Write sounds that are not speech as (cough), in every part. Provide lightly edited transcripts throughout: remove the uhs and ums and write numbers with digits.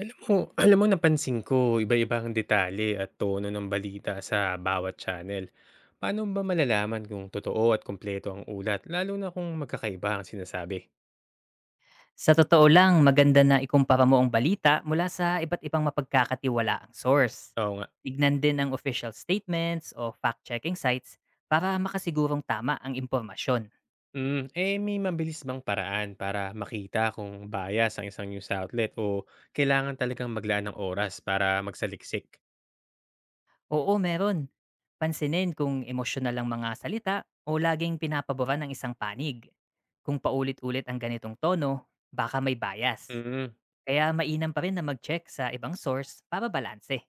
Alam mo (clears throat) alam mo napansin ko iba-iba ang detalye at tono ng balita sa bawat channel. Paano ba malalaman kung totoo at kompleto ang ulat lalo na kung magkakaiba ang sinasabi? Sa totoo lang, maganda na ikumpara mo ang balita mula sa iba't ibang mapagkakatiwalaang source. Oo nga. Tignan din ang official statements o fact-checking sites para makasigurong tama ang impormasyon. Eh, may mabilis bang paraan para makita kung bias ang isang news outlet o kailangan talagang maglaan ng oras para magsaliksik? Oo, meron. Pansinin kung emosyonal ang mga salita o laging pinapabura ng isang panig. Kung paulit-ulit ang ganitong tono, baka may bias. Mm, Kaya mainam pa rin na mag-check sa ibang source para balanse.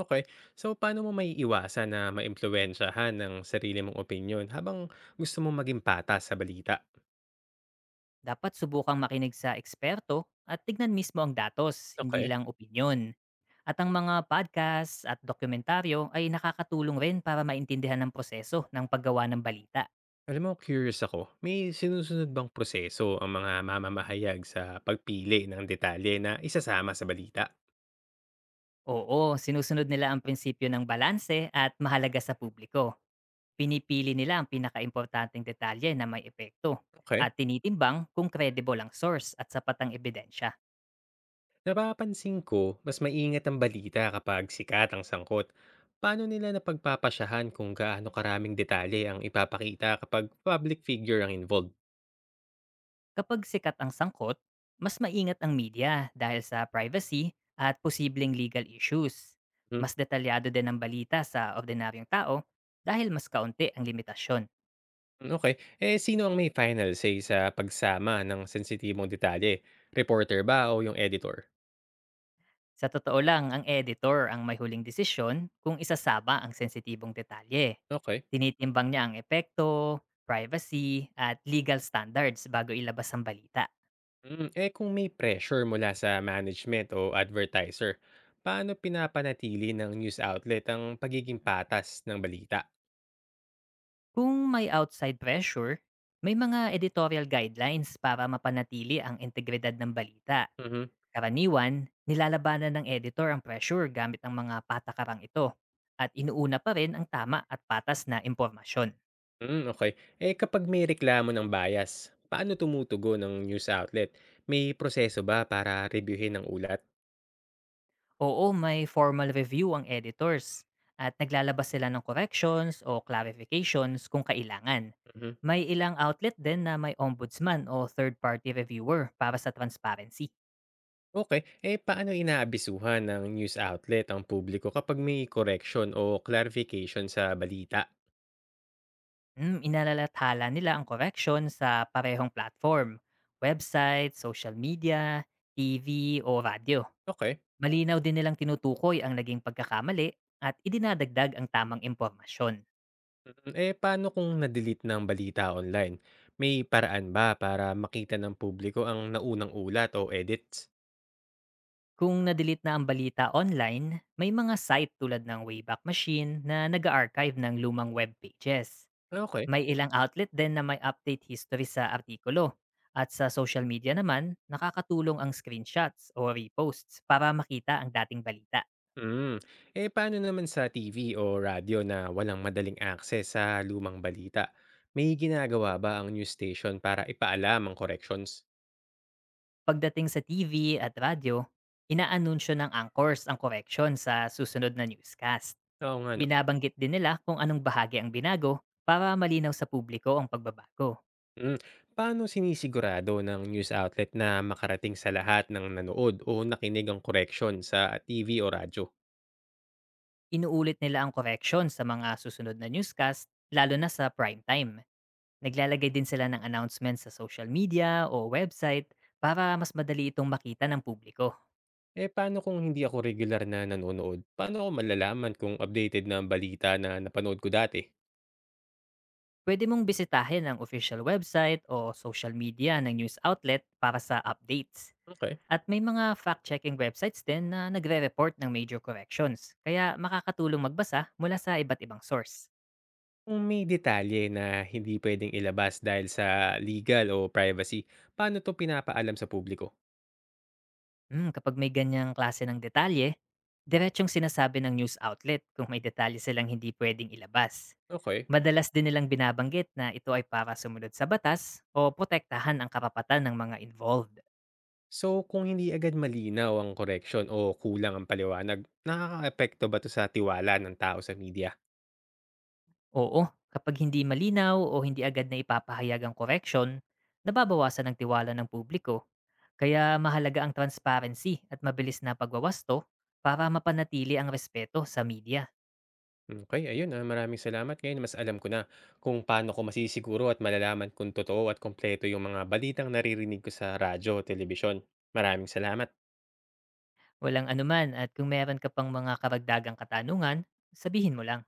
okay. So, paano mo maiiwasan na maimpluwensyahan ng sarili mong opinyon habang gusto mong maging patas sa balita? Dapat subukang makinig sa eksperto at tignan mismo ang datos, hindi Okay. lang opinyon. At ang mga podcast at dokumentaryo ay nakakatulong rin para maintindihan ang proseso ng paggawa ng balita. Alam mo, curious ako, may sinusunod bang proseso ang mga mamamahayag sa pagpili ng detalye na isasama sa balita? Oo, sinusunod nila ang prinsipyo ng balanse at mahalaga sa publiko. Pinipili nila ang pinakaimportanteng detalye na may epekto Okay. at tinitimbang kung credible ang source at sapat ang ebidensya. Napapansin ko, mas maingat ang balita kapag sikat ang sangkot. Paano nila napagpapasyahan kung gaano karaming detalye ang ipapakita kapag public figure ang involved? Kapag sikat ang sangkot, mas maingat ang media dahil sa privacy at posibleng legal issues. Mm, Mas detalyado din ang balita sa ordinaryong tao dahil mas kaunti ang limitasyon. Okay, eh sino ang may final say sa pagsama ng sensitibong detalye? Reporter ba o yung editor? Sa totoo lang, ang editor ang may huling desisyon kung isasama ang sensitibong detalye. Okay. Tinitimbang niya ang epekto, privacy, at legal standards bago ilabas ang balita. Eh kung may pressure mula sa management o advertiser, paano pinapanatili ng news outlet ang pagiging patas ng balita? Kung may outside pressure, may mga editorial guidelines para mapanatili ang integridad ng balita. Mhm. Karaniwan, nilalabanan ng editor ang pressure gamit ang mga patakarang ito at inuuna pa rin ang tama at patas na impormasyon. Mm, okay. Eh kapag may reklamo ng bias, paano tumutugon ng news outlet? May proseso ba para reviewin ang ulat? Oo, may formal review ang editors at naglalabas sila ng corrections o clarifications kung kailangan. Mhm. May ilang outlet din na may ombudsman o third-party reviewer para sa transparency. Okay. Eh paano inaabisuhan ng news outlet ang publiko kapag may correction o clarification sa balita? Inalalathala nila ang correction sa parehong platform, website, social media, TV o radyo. Okay. Malinaw din nilang tinutukoy ang naging pagkakamali at idinadagdag ang tamang impormasyon. Eh, paano kung na-delete ng balita online? May paraan ba para makita ng publiko ang naunang ulat o edits? Kung nadelete na ang balita online, may mga site tulad ng Wayback Machine na nag-archive ng lumang web pages. Ah, okay. May ilang outlet din na may update history sa artikulo. At sa social media naman, nakakatulong ang screenshots o reposts para makita ang dating balita. Mm. Eh, paano naman sa TV o radyo na walang madaling access sa lumang balita? May ginagawa ba ang news station para ipaalam ang corrections? Pagdating sa TV at radyo, inaanunsyo ng anchors ang correction sa susunod na newscast. Oo nga, no. Binabanggit din nila kung anong bahagi ang binago para malinaw sa publiko ang pagbabago. Mm. Paano sinisigurado ng news outlet na makarating sa lahat ng nanood o nakinig ang correction sa TV o radyo? Inuulit nila ang correction sa mga susunod na newscast, lalo na sa prime time. Naglalagay din sila ng announcement sa social media o website para mas madali itong makita ng publiko. Eh, paano kung hindi ako regular na nanonood? Paano ko malalaman kung updated na ang balita na napanood ko dati? Pwede mong bisitahin ang official website o social media ng news outlet para sa updates. Okay. At may mga fact-checking websites din na nagre-report ng major corrections, kaya makakatulong magbasa mula sa iba't ibang source. Kung may detalye na hindi pwedeng ilabas dahil sa legal o privacy, paano to pinapaalam sa publiko? Kapag may ganyang klase ng detalye, diretsong sinasabi ng news outlet kung may detalye silang hindi pwedeng ilabas. Okay. Madalas din nilang binabanggit na ito ay para sumunod sa batas o protektahan ang karapatan ng mga involved. So, kung hindi agad malinaw ang correction o kulang ang paliwanag, nakakaapekto ba to sa tiwala ng tao sa media? Oo, kapag hindi malinaw o hindi agad na ipapahayag ang correction, nababawasan ang tiwala ng publiko. Kaya mahalaga ang transparency at mabilis na pagwawasto para mapanatili ang respeto sa media. Okey, ayun, ah, maraming salamat. Ngayon mas alam ko na kung paano ko masisiguro at malalaman kung totoo at kompleto yung mga balitang naririnig ko sa radyo o telebisyon. Maraming salamat. Walang anuman, at kung meron ka pang mga karagdagang katanungan, sabihin mo lang.